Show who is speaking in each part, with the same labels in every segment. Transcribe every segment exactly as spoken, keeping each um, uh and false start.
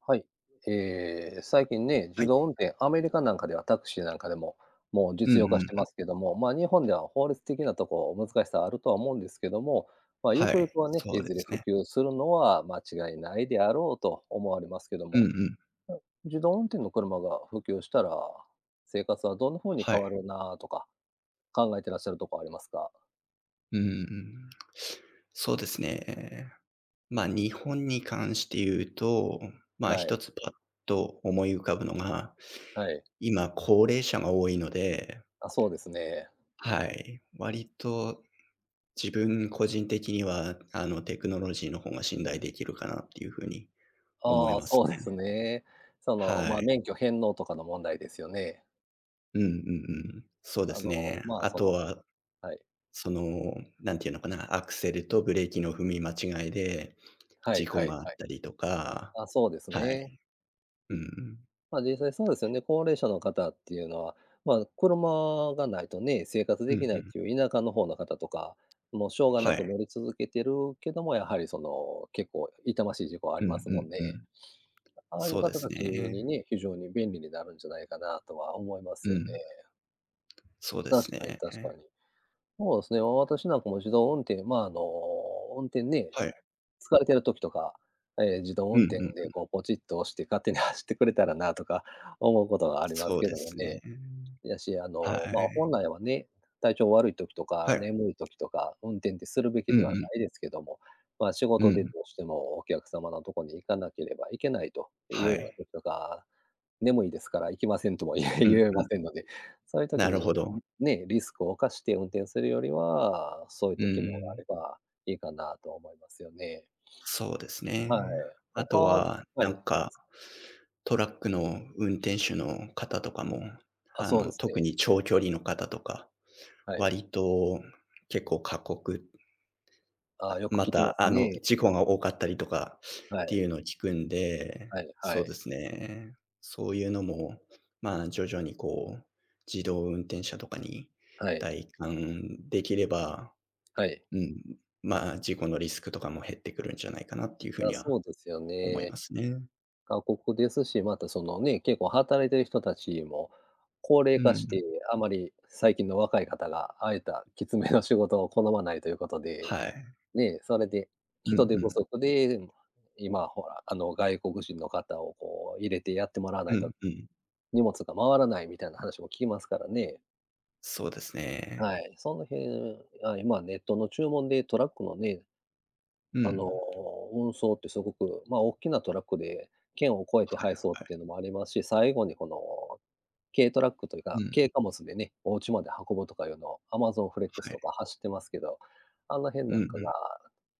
Speaker 1: はい。ええ、最近ね、
Speaker 2: は
Speaker 1: 自
Speaker 2: い。
Speaker 1: 動運転、アメリカなんかではタクシーなんかでも、もう
Speaker 2: うん
Speaker 1: 実用化して
Speaker 2: う
Speaker 1: ま
Speaker 2: ん。
Speaker 1: すけども、まあ、日本では法律的なとこ、難しさあるとは思うんですけども、まあ、ゆ
Speaker 2: は
Speaker 1: くゆく
Speaker 2: い。
Speaker 1: はね、
Speaker 2: そ
Speaker 1: い
Speaker 2: うで
Speaker 1: ずれ
Speaker 2: す
Speaker 1: 普
Speaker 2: ね。
Speaker 1: 及するのは間違いないであろうと思われますけど
Speaker 2: うん
Speaker 1: も、
Speaker 2: うん。
Speaker 1: 自動運転の車が普及したら、生活はどんな風に
Speaker 2: は
Speaker 1: 変わ
Speaker 2: い。
Speaker 1: るなとか、考えてらっしゃるとこありますか？
Speaker 2: うんうん。そうですね。まあ、日本に関して言うと、まあ、
Speaker 1: は
Speaker 2: 一
Speaker 1: い、
Speaker 2: つパッと思い浮かぶのが、
Speaker 1: はい。
Speaker 2: 今高齢者が多いので、
Speaker 1: あ、そうですね。
Speaker 2: はい。割と自分個人的には、あの、テクノロジーの方が信頼できるかなっていうふうに思い
Speaker 1: ああ、
Speaker 2: ます
Speaker 1: そう
Speaker 2: ね。
Speaker 1: ですね。その、ま
Speaker 2: は
Speaker 1: あ、
Speaker 2: い。
Speaker 1: 免許返納とかの問題ですよね。
Speaker 2: うんうんうん。そうで
Speaker 1: あ
Speaker 2: す
Speaker 1: の、
Speaker 2: ね。
Speaker 1: まあ、
Speaker 2: あ
Speaker 1: そ
Speaker 2: と
Speaker 1: の
Speaker 2: は
Speaker 1: はい。
Speaker 2: その、なんていうのかな、アクセルとブレーキの踏み間違いで、
Speaker 1: はい
Speaker 2: 事
Speaker 1: は
Speaker 2: 故
Speaker 1: い
Speaker 2: があ
Speaker 1: は
Speaker 2: っ
Speaker 1: い。
Speaker 2: たりとか、
Speaker 1: あ、そうです
Speaker 2: は
Speaker 1: ね。
Speaker 2: い。うんうん。
Speaker 1: まあ、実際そうですよね。高齢者の方っていうのは、まあ、車がないとね、生活で
Speaker 2: う
Speaker 1: き
Speaker 2: ん
Speaker 1: な
Speaker 2: う
Speaker 1: いっ
Speaker 2: ん。
Speaker 1: ていう田舎の方の方とか、もうしょうが
Speaker 2: は
Speaker 1: なく
Speaker 2: い。
Speaker 1: 乗り続けてるけども、やはりその、結構痛ましい事
Speaker 2: うんうんうん、はい、うんう
Speaker 1: 故はありますもん
Speaker 2: んう
Speaker 1: ね。
Speaker 2: ん、
Speaker 1: ああいう
Speaker 2: そうで
Speaker 1: 方
Speaker 2: す
Speaker 1: たちに
Speaker 2: ね。
Speaker 1: ね、非常に便利になるんじゃないかなとは思います
Speaker 2: う
Speaker 1: よね。
Speaker 2: ん。そうで
Speaker 1: 確
Speaker 2: す
Speaker 1: かに
Speaker 2: ね。
Speaker 1: 確かに。そうですね、私なんかも自動運転、まあ、あの、運転ね、
Speaker 2: はい。
Speaker 1: 疲れてる時とか、えー自動
Speaker 2: うん
Speaker 1: 運
Speaker 2: うん。
Speaker 1: 転でこうポチッと押して勝手に走ってくれたらなとか 思うことがあります
Speaker 2: そう
Speaker 1: け
Speaker 2: で
Speaker 1: ども
Speaker 2: すね。
Speaker 1: ね。やし、あ
Speaker 2: は
Speaker 1: の、ま、
Speaker 2: い。
Speaker 1: 本来はね、体調悪い時と
Speaker 2: は
Speaker 1: か
Speaker 2: い。
Speaker 1: 眠い時とか、運転ってするべき
Speaker 2: う
Speaker 1: ではな
Speaker 2: ん
Speaker 1: いですけども、まあ、仕
Speaker 2: うん。
Speaker 1: 事
Speaker 2: う
Speaker 1: で
Speaker 2: ん。
Speaker 1: どうしてもお客様のとこに行かなければいけないというよ
Speaker 2: は
Speaker 1: うな
Speaker 2: い。
Speaker 1: 時とか、眠いですから行きませんとも 言え
Speaker 2: うん
Speaker 1: 言え
Speaker 2: う
Speaker 1: ま
Speaker 2: ん。
Speaker 1: せんので、そういう時
Speaker 2: なるほ
Speaker 1: に、
Speaker 2: ど。
Speaker 1: ね、リスクを冒して運転するよりは、そういっ
Speaker 2: う
Speaker 1: た機能があれ
Speaker 2: ん。
Speaker 1: ばいいかなと思いますよね。
Speaker 2: そうです
Speaker 1: は
Speaker 2: ね。
Speaker 1: い。
Speaker 2: あ
Speaker 1: 他
Speaker 2: とは、
Speaker 1: は
Speaker 2: なん
Speaker 1: い、そうで
Speaker 2: か
Speaker 1: す。
Speaker 2: トラックの運転手の方とかも、
Speaker 1: あ、
Speaker 2: あ
Speaker 1: そうで
Speaker 2: の、
Speaker 1: すね。
Speaker 2: 特に長距離の方とか、
Speaker 1: はい。
Speaker 2: 割と結構過酷、
Speaker 1: あ、
Speaker 2: あ、
Speaker 1: よく
Speaker 2: ま
Speaker 1: 聞きま
Speaker 2: た、
Speaker 1: す
Speaker 2: あの、
Speaker 1: ね。
Speaker 2: 事故が多かったりとか
Speaker 1: は
Speaker 2: ってい
Speaker 1: い。
Speaker 2: うのを聞くんで、
Speaker 1: はいは
Speaker 2: そうで
Speaker 1: い。
Speaker 2: すね。そういうのも、まあ、徐々にこう、自動運転車とかに
Speaker 1: はい。
Speaker 2: 代換できれば、
Speaker 1: はい。
Speaker 2: うん、まあ、事故のリスクとかも減ってくるんじゃないかなっていうふう
Speaker 1: あ、
Speaker 2: には
Speaker 1: そうですよ
Speaker 2: 思い
Speaker 1: ね。
Speaker 2: ますね。
Speaker 1: 過酷ですし、またそのね、結構働いてる人たちも高齢
Speaker 2: う
Speaker 1: 化し
Speaker 2: ん。
Speaker 1: て、あまり最近の若い方が、ああいったきつめの仕事を好まないということで、
Speaker 2: はい。
Speaker 1: ね、それで
Speaker 2: うんう
Speaker 1: 人手不
Speaker 2: ん。
Speaker 1: 足で、今ほら、あの、外国人の方をこう入れてやってもらわな
Speaker 2: う
Speaker 1: いと、
Speaker 2: んうん。
Speaker 1: 荷物が回らないみたいな話も聞きますからね。
Speaker 2: そうですね。
Speaker 1: はい、その辺、あ、今ネットの注文でトラックのね、
Speaker 2: う
Speaker 1: あの、
Speaker 2: ん。
Speaker 1: 運送ってすごく、ま、あ大きなトラックで県を越えて
Speaker 2: はい
Speaker 1: 配送っ
Speaker 2: はい。
Speaker 1: ていうのもありますし、最後にこの軽トラックというか、
Speaker 2: うん、
Speaker 1: 軽貨物でね、お家まで運ぶとかいうのを アマゾン フレックス
Speaker 2: は
Speaker 1: とか
Speaker 2: い。
Speaker 1: 走ってますけど、あの辺
Speaker 2: う
Speaker 1: な
Speaker 2: んう
Speaker 1: んかが
Speaker 2: ん。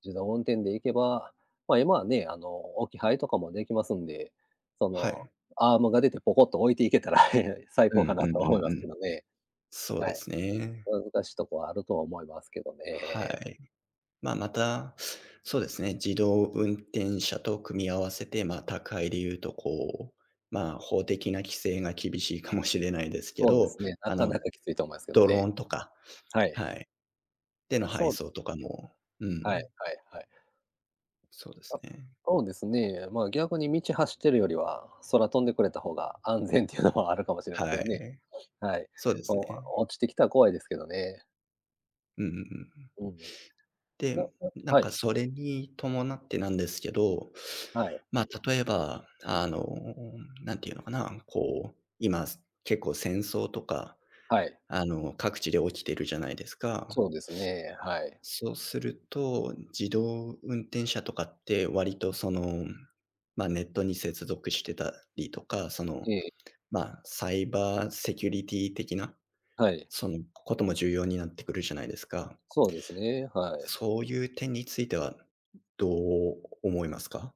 Speaker 1: 自動運転で行けば、ま、今はね、あの、置き配とかもできますんで、そ
Speaker 2: は
Speaker 1: の、
Speaker 2: い。
Speaker 1: アームが出てポコッと置いていけたら 最
Speaker 2: う
Speaker 1: 高か
Speaker 2: んう
Speaker 1: な
Speaker 2: ん
Speaker 1: と
Speaker 2: う
Speaker 1: 思い
Speaker 2: ん
Speaker 1: ま
Speaker 2: う
Speaker 1: すけ
Speaker 2: ん。
Speaker 1: どね。
Speaker 2: そう
Speaker 1: は
Speaker 2: で
Speaker 1: い。
Speaker 2: すね。
Speaker 1: 難しいとこはあるとは思いますけど
Speaker 2: は
Speaker 1: ね。
Speaker 2: い。まあ、また、そうですね、自動運転車と組み合わせて、まあ、高い理由とこう、まあ、法的な規制が厳しいかもしれないですけ
Speaker 1: そうで
Speaker 2: ど、
Speaker 1: すね、な
Speaker 2: あ
Speaker 1: かな
Speaker 2: の、
Speaker 1: かきついと思いますけど
Speaker 2: ドロ
Speaker 1: ね。
Speaker 2: ーンとか、
Speaker 1: はい。
Speaker 2: はい、での
Speaker 1: あ、そ
Speaker 2: 配
Speaker 1: うで
Speaker 2: 送と
Speaker 1: すね。
Speaker 2: かも、う
Speaker 1: はい
Speaker 2: ん、
Speaker 1: はいはい。
Speaker 2: そうで
Speaker 1: あ、
Speaker 2: すね。
Speaker 1: そうですね、まあ、逆に道走ってるよりは、空飛んでくれた方が安全っていうのはあるかもしれませ
Speaker 2: は
Speaker 1: んね。
Speaker 2: い。
Speaker 1: はい。
Speaker 2: そうです
Speaker 1: お
Speaker 2: ね。
Speaker 1: 落ちてきたら怖いですけどね。
Speaker 2: うんうんうん。
Speaker 1: うんうん。い
Speaker 2: で、
Speaker 1: や、いや
Speaker 2: なん
Speaker 1: は
Speaker 2: か
Speaker 1: い、
Speaker 2: それに伴ってなんですけど、
Speaker 1: はい、
Speaker 2: まあ、例えば、あの、なんていうのかな、こう、今、結構戦争とか、
Speaker 1: はい。
Speaker 2: あの、各地で起きてるじゃないですか。
Speaker 1: そうですね、はい。
Speaker 2: そうすると、自動運転車とかって割とその、まあ、ネットに接続してたりとか、その、
Speaker 1: ええ、
Speaker 2: まあ、サイバーセキュリティ的な、
Speaker 1: はい。
Speaker 2: そのことも重要になってくるじゃないですか。
Speaker 1: そうですね、はい。
Speaker 2: そういう点については、どう思いますか？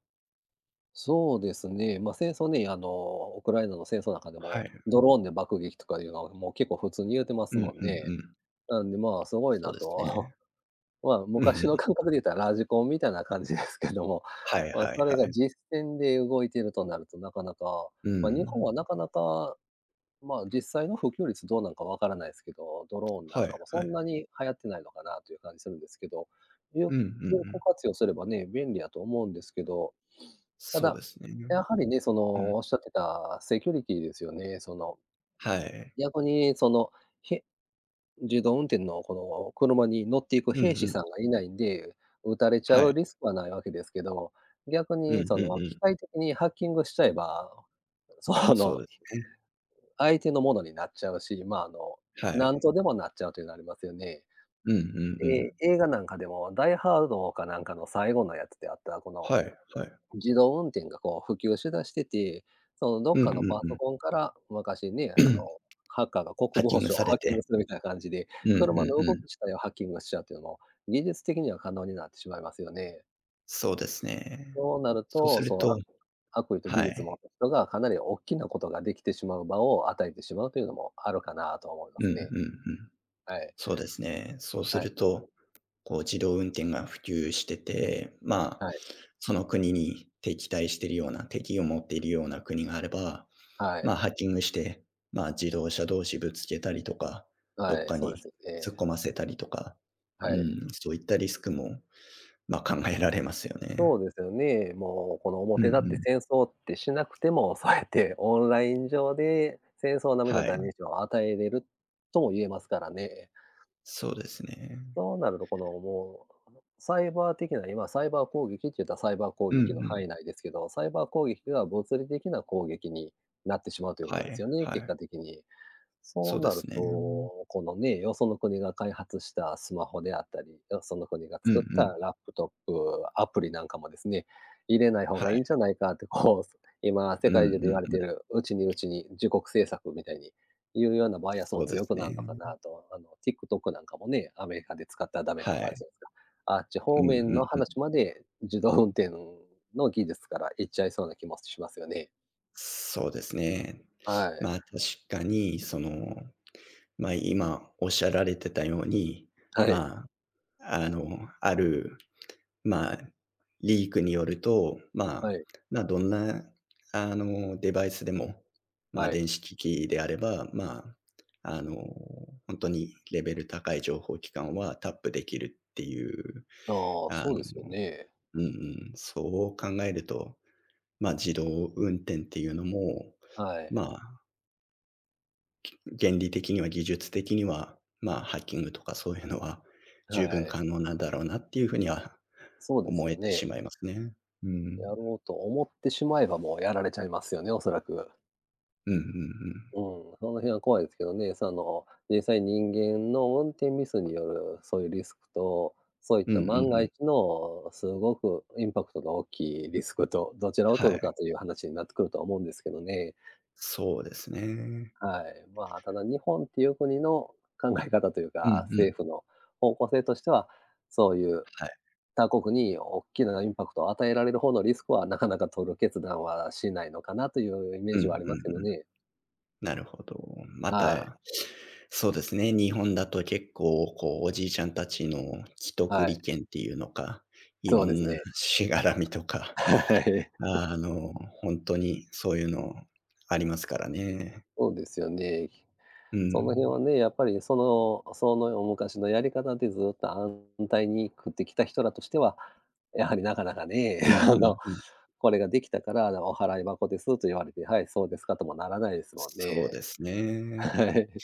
Speaker 1: そうですね、まあ、戦争ね、あの、ウクライナの戦争の中で
Speaker 2: は
Speaker 1: も、
Speaker 2: い。
Speaker 1: ドローンで爆撃とかいうのは、もう結構普通に言うてま
Speaker 2: う
Speaker 1: す
Speaker 2: んうん
Speaker 1: もん
Speaker 2: う
Speaker 1: ね。
Speaker 2: ん。
Speaker 1: なんで、まあ、すごい
Speaker 2: そう
Speaker 1: な
Speaker 2: です
Speaker 1: と、
Speaker 2: ね。
Speaker 1: まあ、
Speaker 2: うんう
Speaker 1: 昔の
Speaker 2: ん。
Speaker 1: 感覚で言ったらラジコンみたいな感じですけども、
Speaker 2: はい
Speaker 1: まあ、
Speaker 2: は
Speaker 1: そ
Speaker 2: い
Speaker 1: れ
Speaker 2: は
Speaker 1: が
Speaker 2: い。
Speaker 1: 実戦で動いてるとなると、なかなか、
Speaker 2: う
Speaker 1: まあ、日本は
Speaker 2: ん。
Speaker 1: なかなか、まあ、実際の普及率どうなんかわからないですけど、ドローンなん
Speaker 2: はい
Speaker 1: かもそ
Speaker 2: はい。
Speaker 1: んなに流行ってないのかなという感じするんですけど、有
Speaker 2: うんうんう
Speaker 1: 有効
Speaker 2: ん。
Speaker 1: 活用すればね、便利だと思うんですけどた
Speaker 2: そう
Speaker 1: だ、
Speaker 2: ですね。
Speaker 1: やはりね、そ
Speaker 2: うん。
Speaker 1: の、おっしゃってたセキュリティですよね。その、
Speaker 2: はい。
Speaker 1: 逆にその、へ自動運転のこの車に乗っていく
Speaker 2: うん
Speaker 1: 兵士
Speaker 2: うん。
Speaker 1: さんがいないんで、撃たれちゃ
Speaker 2: は
Speaker 1: う
Speaker 2: い。
Speaker 1: リスクはないわけですけど、逆
Speaker 2: うん
Speaker 1: にそ
Speaker 2: うん
Speaker 1: の、
Speaker 2: う
Speaker 1: 機
Speaker 2: ん。
Speaker 1: 械的にハッキングしちゃえば、そ
Speaker 2: そう
Speaker 1: の、
Speaker 2: ですね。
Speaker 1: 相手のものになっちゃうし、まあ、あの、
Speaker 2: は
Speaker 1: なん
Speaker 2: い。
Speaker 1: とでもなっちゃうというのありますよね。
Speaker 2: うんうんう
Speaker 1: で、
Speaker 2: ん。
Speaker 1: 映画なんかでも、ダイハードかなんかの最後のやつであった、この
Speaker 2: はいはい。
Speaker 1: 自動運転がこう普及しだしてて、そのどっ
Speaker 2: うん
Speaker 1: かの
Speaker 2: うん
Speaker 1: パ
Speaker 2: う
Speaker 1: ソ
Speaker 2: ん。
Speaker 1: コンから昔ね、あの、ハッカーが国
Speaker 2: ハッキ
Speaker 1: 防
Speaker 2: ング
Speaker 1: 省を
Speaker 2: され
Speaker 1: ハッキング
Speaker 2: て。
Speaker 1: するみたいな感じで、
Speaker 2: うんうん
Speaker 1: 車の動
Speaker 2: うん。
Speaker 1: き自体をハッキングしちゃうっていうのも、技術的には可能になってしまいますよね。
Speaker 2: そうですね。
Speaker 1: そうなる
Speaker 2: そうす
Speaker 1: と、そ
Speaker 2: る
Speaker 1: の、
Speaker 2: と、
Speaker 1: あ悪意と技
Speaker 2: は
Speaker 1: 術を持
Speaker 2: い。
Speaker 1: った人がかなり大きなことができてしまう場を与えてしまうというのもあるかなと思いま
Speaker 2: うんう
Speaker 1: す
Speaker 2: んう
Speaker 1: ね。
Speaker 2: ん。
Speaker 1: はい、
Speaker 2: そうですね。そうす
Speaker 1: は
Speaker 2: る
Speaker 1: い、
Speaker 2: とこう自動運転が普及してて、まあ、
Speaker 1: はい、
Speaker 2: その国に敵対してるような、敵を持っているような国があれば、
Speaker 1: はい、
Speaker 2: まあ、ハッキングして、まあ、自動車同士ぶつけたりとか、ど
Speaker 1: は
Speaker 2: っ
Speaker 1: い、
Speaker 2: か
Speaker 1: そうで
Speaker 2: に
Speaker 1: すよ
Speaker 2: 突っ
Speaker 1: ね。
Speaker 2: 込ませたりとか、う
Speaker 1: はい。
Speaker 2: ん、そういったリスクも、まあ、考えられますよ
Speaker 1: そ
Speaker 2: ね。
Speaker 1: うですよね。もうこの
Speaker 2: うんう
Speaker 1: 表だって
Speaker 2: ん。
Speaker 1: 戦争ってしなくても、そうやってオンライン上で戦争並みの
Speaker 2: は
Speaker 1: ダ
Speaker 2: い、
Speaker 1: メージを与えれるとも言えますからね。
Speaker 2: そうですね。
Speaker 1: そうなるとこのもう、サイバー的な、今サイバー攻撃って言ったらサイバー攻
Speaker 2: うんう
Speaker 1: 撃の
Speaker 2: ん。
Speaker 1: 範囲内ですけど、サイバー攻撃が物理的な攻撃になってしまうというこ
Speaker 2: は
Speaker 1: とです
Speaker 2: い
Speaker 1: よね、
Speaker 2: は
Speaker 1: 結
Speaker 2: い。
Speaker 1: 果的に。そ
Speaker 2: そ
Speaker 1: う
Speaker 2: うで
Speaker 1: なる
Speaker 2: すね。
Speaker 1: と、このね、よその国が開発したスマホであったり、よその国が
Speaker 2: うんう
Speaker 1: 作った
Speaker 2: ん。
Speaker 1: ラップトップ、アプリなんかもですね、入れない方
Speaker 2: は
Speaker 1: がい
Speaker 2: い。
Speaker 1: いんじゃないかってこう、今世
Speaker 2: うん
Speaker 1: 界中で
Speaker 2: う
Speaker 1: 言わ
Speaker 2: ん
Speaker 1: れて
Speaker 2: う
Speaker 1: い
Speaker 2: ん。
Speaker 1: る、うちにうちに自国政策みたいにいうようなバイアス
Speaker 2: そ
Speaker 1: も
Speaker 2: うで
Speaker 1: 強
Speaker 2: す
Speaker 1: く
Speaker 2: ね。
Speaker 1: なるのかなと、あの ティックトック なんかもね、アメリカで使ったらダメと
Speaker 2: は
Speaker 1: かある
Speaker 2: い。
Speaker 1: じゃないですか。あっち
Speaker 2: う
Speaker 1: 方面
Speaker 2: ん
Speaker 1: の
Speaker 2: うん、
Speaker 1: 話まで自動運転の技術からいっちゃいそうな気もしますよね。
Speaker 2: そうですね。
Speaker 1: はい。
Speaker 2: まあ、確かに、その、ま、今おっしゃられてたように、
Speaker 1: はい。
Speaker 2: まあ、あの、ある、まあ、リークによると、
Speaker 1: は
Speaker 2: まあ、
Speaker 1: い。
Speaker 2: まあ、どんな、あの、デバイスでも、まあ、
Speaker 1: はい。
Speaker 2: 電子機器であれば、まあ、あの、本当にレベル高い情報機関はタップできるっていう、
Speaker 1: ああ、
Speaker 2: あ
Speaker 1: そ
Speaker 2: の、
Speaker 1: うですよね。
Speaker 2: うんうん、そう考えると、まあ、自動運転っていうのも、
Speaker 1: はい。
Speaker 2: まあ原理的には、技術的には、まあ、ハッキングとかそういうのは十
Speaker 1: は
Speaker 2: 分
Speaker 1: い。
Speaker 2: 可能なんだろうなっていう風には
Speaker 1: そうです
Speaker 2: 思
Speaker 1: よ
Speaker 2: えてし
Speaker 1: ね。
Speaker 2: まいますね。うん。
Speaker 1: やろうと思ってしまえば、もうやられちゃいますよね、おそらく。
Speaker 2: うんうんうん。
Speaker 1: うん、その辺は怖いですけどね、その、実際人間の運転ミスによるそういうリスクと、そういっ
Speaker 2: うんう
Speaker 1: た
Speaker 2: ん
Speaker 1: 万が
Speaker 2: うん。
Speaker 1: 一のすごくインパクトが大きいリスクと、どちらを
Speaker 2: は
Speaker 1: 取る
Speaker 2: い。
Speaker 1: かという話になってくるとは思うんですけどね。
Speaker 2: そうですね。
Speaker 1: はい。まあ、ただ日本っていう国の考え方という
Speaker 2: うん
Speaker 1: か、
Speaker 2: うん。
Speaker 1: 政府の方向性としては、そういう
Speaker 2: はい。
Speaker 1: 他国に大きなインパクトを与えられる方のリスクは、なかなか取る決断はしないのかなというイメー
Speaker 2: うんう
Speaker 1: ジ
Speaker 2: んう
Speaker 1: はありますけど
Speaker 2: ん。
Speaker 1: ね。
Speaker 2: なるほど。ま
Speaker 1: はい、
Speaker 2: た、そうですね、日本だと結構、こう、おじいちゃんたちの既得
Speaker 1: はい。
Speaker 2: 利権っていうのか、い
Speaker 1: そう
Speaker 2: ろ
Speaker 1: です
Speaker 2: んな
Speaker 1: ね。
Speaker 2: しがらみと か、
Speaker 1: はい。
Speaker 2: あの、本当にそういうのありますからね。
Speaker 1: そうですよね。
Speaker 2: う
Speaker 1: その辺
Speaker 2: ん。
Speaker 1: はね、やっぱりそのその昔のやり方でずっと安泰に食ってきた人らとしては、やはりなかなかね、
Speaker 2: うん
Speaker 1: あの、
Speaker 2: うんうん。
Speaker 1: これができたから、お払い箱ですと言われて、はい、そうですかともならないですもん
Speaker 2: そう
Speaker 1: ね。
Speaker 2: ですね。
Speaker 1: はい。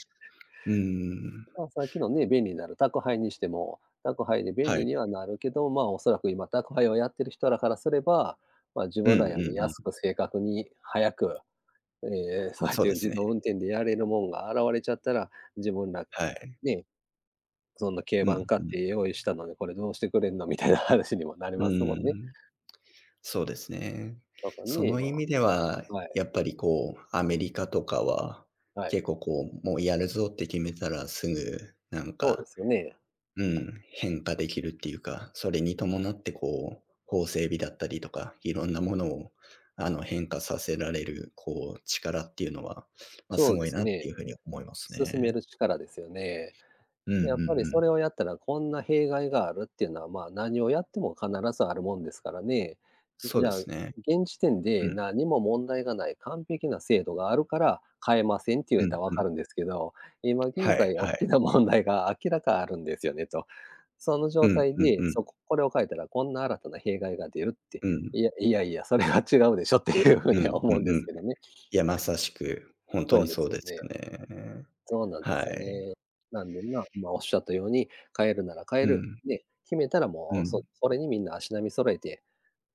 Speaker 2: うん。
Speaker 1: まあ、さっきのね、便利になる宅配にしても、宅配で便
Speaker 2: は
Speaker 1: 利
Speaker 2: い。
Speaker 1: にはなるけど、まあ、おそらく今宅配をやってる人らからすれば、まあ、自
Speaker 2: うん
Speaker 1: 分ら
Speaker 2: うん
Speaker 1: よ
Speaker 2: う
Speaker 1: り安く
Speaker 2: ん。
Speaker 1: 正確に早く、えーそうやっ
Speaker 2: そう
Speaker 1: て
Speaker 2: です
Speaker 1: 自
Speaker 2: ね。
Speaker 1: 動運転でやれるもんが現れちゃったら、自分ら
Speaker 2: はい。
Speaker 1: ね、そんな軽
Speaker 2: う
Speaker 1: バン
Speaker 2: ん
Speaker 1: 買っ
Speaker 2: うん。
Speaker 1: て用意したのに、これどうしてくれんのみたいな話にもなり
Speaker 2: う
Speaker 1: ますもんね。
Speaker 2: ん。そうですね。
Speaker 1: だから
Speaker 2: そ
Speaker 1: ね、
Speaker 2: の
Speaker 1: まあ、
Speaker 2: 意味では、
Speaker 1: はい、
Speaker 2: やっぱりこう、アメリカとかは、
Speaker 1: は
Speaker 2: 結
Speaker 1: い。
Speaker 2: 構こう、もうやるぞって決めたらすぐ、なん
Speaker 1: そうで
Speaker 2: か、
Speaker 1: すよね。
Speaker 2: うん、変化できるっていうか、それに伴ってこう、法整備だったりとか、いろんなものをあの変化させられるこう力っていうのは、まあ、す
Speaker 1: そう
Speaker 2: ご
Speaker 1: で
Speaker 2: い
Speaker 1: す
Speaker 2: なっ
Speaker 1: ね。
Speaker 2: ていうふうに思います
Speaker 1: 進め
Speaker 2: ね。
Speaker 1: る力ですよね。
Speaker 2: うんうんう
Speaker 1: やっぱりそれ
Speaker 2: ん。
Speaker 1: をやったらこんな弊害があるっていうのは、まあ、何をやっても必ずあるもんですからね。
Speaker 2: そう
Speaker 1: じ
Speaker 2: で
Speaker 1: ゃあ、
Speaker 2: すね。
Speaker 1: 現時点
Speaker 2: う
Speaker 1: で
Speaker 2: ん、
Speaker 1: 何も問題がない完璧な制度があるから変えませんって言
Speaker 2: う
Speaker 1: えた
Speaker 2: ん、
Speaker 1: らわ
Speaker 2: う
Speaker 1: か
Speaker 2: ん。
Speaker 1: るんですけど、今
Speaker 2: は
Speaker 1: 現
Speaker 2: い
Speaker 1: 在大
Speaker 2: は
Speaker 1: き
Speaker 2: い。
Speaker 1: な問題が明らかあるんですよねと。その
Speaker 2: う
Speaker 1: 状
Speaker 2: ん
Speaker 1: 態
Speaker 2: うん
Speaker 1: で、
Speaker 2: うん、
Speaker 1: そこ、これを変えたらこんな新たな弊害が出るって、
Speaker 2: うん。
Speaker 1: いやいやいや、それは違うでしょっていうふう
Speaker 2: う
Speaker 1: には
Speaker 2: んう
Speaker 1: 思うん
Speaker 2: ん
Speaker 1: で
Speaker 2: う
Speaker 1: す
Speaker 2: ん。
Speaker 1: けどね。
Speaker 2: いや、まさしく、本当
Speaker 1: そう
Speaker 2: に
Speaker 1: で
Speaker 2: そ
Speaker 1: す
Speaker 2: う
Speaker 1: よ
Speaker 2: です
Speaker 1: ね。
Speaker 2: よね。
Speaker 1: そうなんで
Speaker 2: は
Speaker 1: すよ
Speaker 2: い。
Speaker 1: ね。なんで、まあ、まあおっしゃったように、変えるなら変え
Speaker 2: う
Speaker 1: る、
Speaker 2: ん、
Speaker 1: ね、決めたら
Speaker 2: う
Speaker 1: もう、そ
Speaker 2: ん。
Speaker 1: それにみんな足並み揃えて、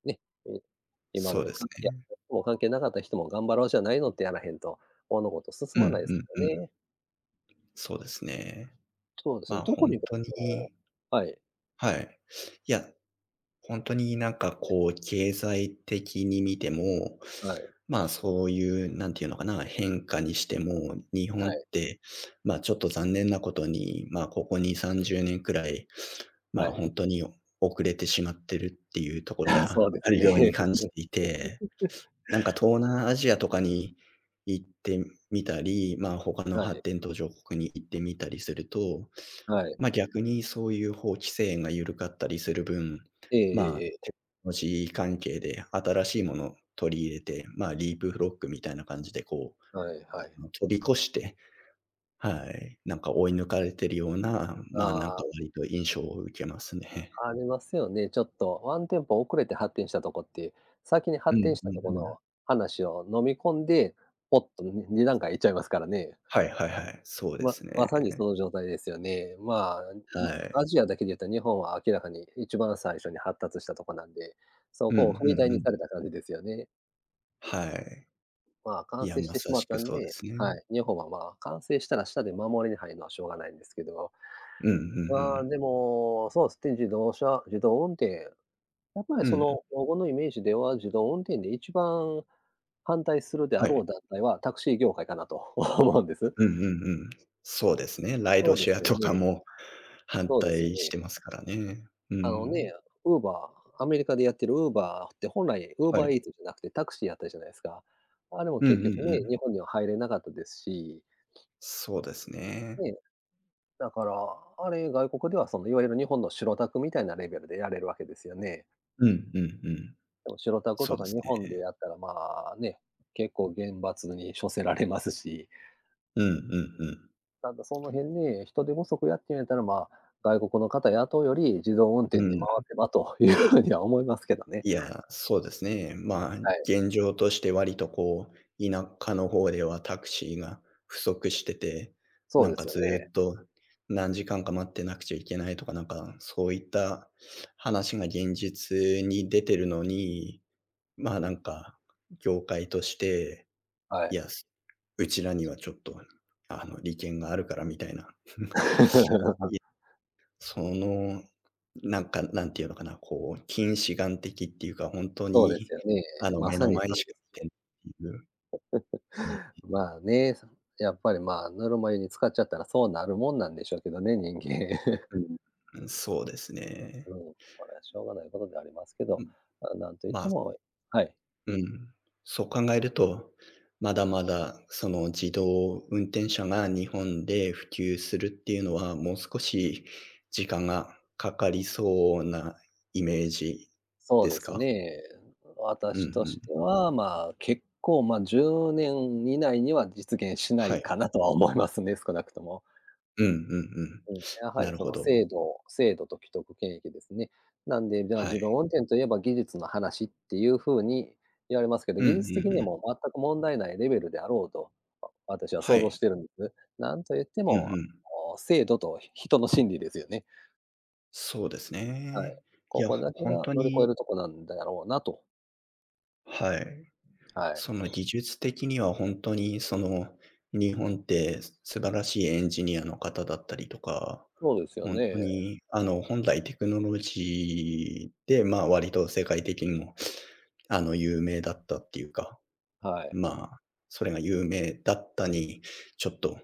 Speaker 1: ね、え、今ま
Speaker 2: そう
Speaker 1: で
Speaker 2: です
Speaker 1: 関係あっ
Speaker 2: ね。
Speaker 1: た人も関係なかった人も頑張ろうじゃないのってやらへんと、物事進
Speaker 2: うんう
Speaker 1: まないです
Speaker 2: ん
Speaker 1: よ
Speaker 2: うん。
Speaker 1: ね。
Speaker 2: そうですね。
Speaker 1: そうです
Speaker 2: ま
Speaker 1: ね、
Speaker 2: あ、
Speaker 1: 特
Speaker 2: 本
Speaker 1: にこ
Speaker 2: 当に、
Speaker 1: うはい、
Speaker 2: はい。いや、本当になんか
Speaker 1: ね、
Speaker 2: こう経済的に見ても、
Speaker 1: はい、
Speaker 2: まあ、そういうなんていうのかな、変化にしても、日
Speaker 1: は
Speaker 2: 本っ
Speaker 1: い、
Speaker 2: て、まあ、ちょっと残念なことに、まあ、ここに、さんじゅうねんくらい、
Speaker 1: は
Speaker 2: まあ、
Speaker 1: い。
Speaker 2: 本当に遅れてしまってるっていうところ
Speaker 1: そ
Speaker 2: が
Speaker 1: う で
Speaker 2: あ
Speaker 1: す
Speaker 2: るように
Speaker 1: ね。
Speaker 2: 感 じていて、なんか東南アジアとかに行ってみたり、まあ、他の
Speaker 1: はい、
Speaker 2: 発展途上国に行ってみたりすると、
Speaker 1: はい。
Speaker 2: まあ、逆にそういう法規制が緩かったりする分、
Speaker 1: えええ
Speaker 2: まあ、
Speaker 1: えええ、
Speaker 2: テクノロジー関係で新しいものを取り入れて、まあ、リープフロックみたいな感じでこう、
Speaker 1: はい
Speaker 2: あ
Speaker 1: はい。
Speaker 2: の、飛び越して、はい、なんか追い抜かれてるような、
Speaker 1: あ
Speaker 2: まあ、なんか
Speaker 1: あ。
Speaker 2: 割と印象を受けますね。
Speaker 1: ありますよね。ちょっとワンテンポ遅れて発展したとこっていう、先に
Speaker 2: う
Speaker 1: 発展
Speaker 2: ん
Speaker 1: し
Speaker 2: う
Speaker 1: た
Speaker 2: んう
Speaker 1: とこの
Speaker 2: ん。
Speaker 1: 話を飲み込んで、ポッとにに段階いっちゃいますからね。
Speaker 2: はいはいはい、そうで
Speaker 1: ま
Speaker 2: すね。
Speaker 1: まさにその状態ですよね。まあ、ん
Speaker 2: は
Speaker 1: ア
Speaker 2: い。
Speaker 1: ジアだけで言うと日本は明らかに一番最初に発達したとこなんで、そ
Speaker 2: うんう
Speaker 1: こを踏み台
Speaker 2: んう
Speaker 1: に
Speaker 2: ん。
Speaker 1: された感じですよね。
Speaker 2: はい。
Speaker 1: まあ、
Speaker 2: い
Speaker 1: 完
Speaker 2: や、
Speaker 1: 成し
Speaker 2: ま
Speaker 1: てし
Speaker 2: さ
Speaker 1: ま
Speaker 2: し
Speaker 1: っ
Speaker 2: く
Speaker 1: たん
Speaker 2: そうで
Speaker 1: で、
Speaker 2: すね。
Speaker 1: はい、日本はまあ、完成したらしたで守りに入るのはしょうがないんですけど、
Speaker 2: うんうんう
Speaker 1: まあ、
Speaker 2: ん。
Speaker 1: でも、そうですね、自動車自動運転やっぱり
Speaker 2: う
Speaker 1: そ
Speaker 2: ん、
Speaker 1: の、老後のイメージでは、自動運転で一番反対するであ
Speaker 2: は
Speaker 1: ろ
Speaker 2: い。
Speaker 1: う団体は、タクシー業界かなと 思うんです。
Speaker 2: うんうんうん。そうですね。ライ
Speaker 1: そ
Speaker 2: ド
Speaker 1: うで
Speaker 2: シェ
Speaker 1: す
Speaker 2: ア
Speaker 1: よ
Speaker 2: とか
Speaker 1: ね。
Speaker 2: も反
Speaker 1: そうですよ
Speaker 2: 対し
Speaker 1: ね。
Speaker 2: てますからね。う
Speaker 1: あの
Speaker 2: ん。
Speaker 1: ね、Uber、アメリカでやってる Uber って本来
Speaker 2: は
Speaker 1: Uber
Speaker 2: い。
Speaker 1: Eats じゃなくてタクシーやったじゃないですか。あれも
Speaker 2: うんう
Speaker 1: 結
Speaker 2: ん
Speaker 1: 局
Speaker 2: う
Speaker 1: ね、
Speaker 2: ん。
Speaker 1: 日本には入れなかったですし、
Speaker 2: そうですね。
Speaker 1: ね、だから、あれ外国ではそのいわゆる日本の白タクみたいなレベルでやれるわけですよね。
Speaker 2: うんうんうん。
Speaker 1: でも白タク
Speaker 2: そう
Speaker 1: と
Speaker 2: で
Speaker 1: か
Speaker 2: す
Speaker 1: 日本
Speaker 2: ね。
Speaker 1: でやったらまあね、結構厳罰に処せられますし。
Speaker 2: うんうんうん。
Speaker 1: ただその辺で、人手不足やってみたら、まあ、外国の方雇うより、自動運転
Speaker 2: う
Speaker 1: で回
Speaker 2: ん。
Speaker 1: せばというふうには思いますけどね。
Speaker 2: いや、そうですね。まあ、
Speaker 1: はい。
Speaker 2: 現状として割とこう、田舎の方ではタクシーが不足してて、
Speaker 1: そ
Speaker 2: な
Speaker 1: うで
Speaker 2: ん
Speaker 1: す
Speaker 2: か
Speaker 1: よ
Speaker 2: ず
Speaker 1: ね。
Speaker 2: っと何時間か待ってなくちゃいけないとか、なんかそういった話が現実に出てるのにまあ、なんか、業界として、
Speaker 1: は
Speaker 2: いや、
Speaker 1: い。
Speaker 2: す、うちらにはちょっと、あの、利権があるからみたいな。い、その、なんか、なんていうのかな、こう、近視眼的っていうか、本当
Speaker 1: そうです
Speaker 2: に、
Speaker 1: よね。
Speaker 2: あの、
Speaker 1: ま
Speaker 2: 目
Speaker 1: さ
Speaker 2: の
Speaker 1: に
Speaker 2: 前
Speaker 1: それ
Speaker 2: し
Speaker 1: で
Speaker 2: か
Speaker 1: すね。
Speaker 2: 見てないっていう、うん、
Speaker 1: まあね、やっぱり、まあ、ぬるま湯に浸かっちゃったらそうなるもんなんでしょうけどね、人間。
Speaker 2: うん、うん、そうです ね。
Speaker 1: うん、これはしょうがないことではありますけ
Speaker 2: う
Speaker 1: ど、
Speaker 2: ん、
Speaker 1: まあ、なんといっ
Speaker 2: ま
Speaker 1: て
Speaker 2: あ、
Speaker 1: もはい。
Speaker 2: うん。そう考えると、まだまだその自動運転車が日本で普及するっていうのは、もう少し時間がかかりそうなイメージ
Speaker 1: そう
Speaker 2: で
Speaker 1: で
Speaker 2: す
Speaker 1: す
Speaker 2: か？
Speaker 1: ね。
Speaker 2: うん
Speaker 1: 私
Speaker 2: う
Speaker 1: とし
Speaker 2: ん。
Speaker 1: ては、まあ、結構、まあ、じゅうねん以内には実現しな
Speaker 2: は
Speaker 1: い
Speaker 2: い。
Speaker 1: かなとは思いますね、少なくとも。
Speaker 2: うんうんうん。
Speaker 1: うん、やは
Speaker 2: な
Speaker 1: り
Speaker 2: る
Speaker 1: そ
Speaker 2: ほ
Speaker 1: の
Speaker 2: ど。
Speaker 1: 制度制度と既得権益ですね。なんで、じゃあ、
Speaker 2: はい。
Speaker 1: 自動運転といえば技術の話っていうふうに言われますけど、
Speaker 2: うんうん
Speaker 1: 技術
Speaker 2: う
Speaker 1: 的に
Speaker 2: ん。
Speaker 1: も全く問題ないレベルであろうと、私は
Speaker 2: は
Speaker 1: 想像し
Speaker 2: い。
Speaker 1: てるんです。なんと言って
Speaker 2: うん
Speaker 1: も、
Speaker 2: うん。
Speaker 1: もう制度と人の心理ですよね。
Speaker 2: そうです
Speaker 1: はい。
Speaker 2: ね。い
Speaker 1: こ
Speaker 2: や、
Speaker 1: こだけ
Speaker 2: ほん
Speaker 1: が
Speaker 2: と
Speaker 1: 乗り越え
Speaker 2: に、
Speaker 1: るとこなんだろうなと。
Speaker 2: はい。
Speaker 1: はい。
Speaker 2: その技術的には本当にその、日本って素晴らしいエンジニアの方だったりとか、
Speaker 1: そうですよ
Speaker 2: 本当
Speaker 1: ね。
Speaker 2: にあの、本来テクノロジーで、まあ、割と世界的にもあの、有名だったっていうか、
Speaker 1: はい。
Speaker 2: まあ、それが有名だったに、ちょっと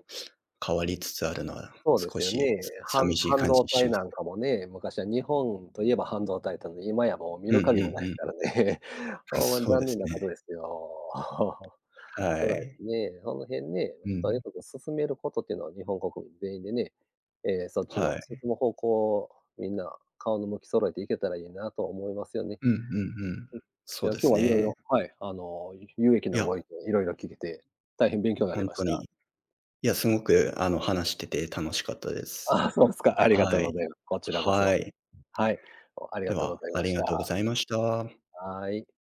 Speaker 2: 変わりつつあるのは
Speaker 1: そうで
Speaker 2: 少
Speaker 1: すよ
Speaker 2: し
Speaker 1: ね。反
Speaker 2: 寂
Speaker 1: ん
Speaker 2: しい
Speaker 1: 半
Speaker 2: 感じ
Speaker 1: 導
Speaker 2: し
Speaker 1: 体
Speaker 2: ます。
Speaker 1: なんかもね、昔は日本といえば半導体だったのに、今やもう見
Speaker 2: う
Speaker 1: る
Speaker 2: んうん
Speaker 1: 影もないで
Speaker 2: う
Speaker 1: す
Speaker 2: ん。
Speaker 1: からね。ほんまに
Speaker 2: そう
Speaker 1: 残
Speaker 2: で
Speaker 1: 念
Speaker 2: す
Speaker 1: なこと
Speaker 2: ね。
Speaker 1: ですよ。
Speaker 2: は
Speaker 1: 辛いです
Speaker 2: い。
Speaker 1: ね。その辺ね、
Speaker 2: う
Speaker 1: とに
Speaker 2: ん。
Speaker 1: かく進めることっていうのは日本国民全員でね、えーそっちの
Speaker 2: は
Speaker 1: 進
Speaker 2: い。
Speaker 1: む方向をみんな顔の向き揃えていけたらいいなと思いますよね。
Speaker 2: うんうんうん。
Speaker 1: い
Speaker 2: そう
Speaker 1: や、今
Speaker 2: で
Speaker 1: 日
Speaker 2: す
Speaker 1: は色
Speaker 2: ね。
Speaker 1: 々はい、あの、有益
Speaker 2: い
Speaker 1: な
Speaker 2: や、
Speaker 1: ご意見色々聞けて、大変勉強になり
Speaker 2: 本
Speaker 1: まし
Speaker 2: 当
Speaker 1: た。
Speaker 2: に、いや、すごく、あの、話してて楽しかったで す。
Speaker 1: あ、そうですか。ありがと
Speaker 2: は
Speaker 1: うご
Speaker 2: い。
Speaker 1: ざいます。こちらこ
Speaker 2: は
Speaker 1: そ。
Speaker 2: い。
Speaker 1: はい、あり
Speaker 2: で
Speaker 1: がとうご
Speaker 2: は、
Speaker 1: ざい
Speaker 2: あ
Speaker 1: ま
Speaker 2: り
Speaker 1: し
Speaker 2: がとうご
Speaker 1: た。
Speaker 2: ざいました。
Speaker 1: はい。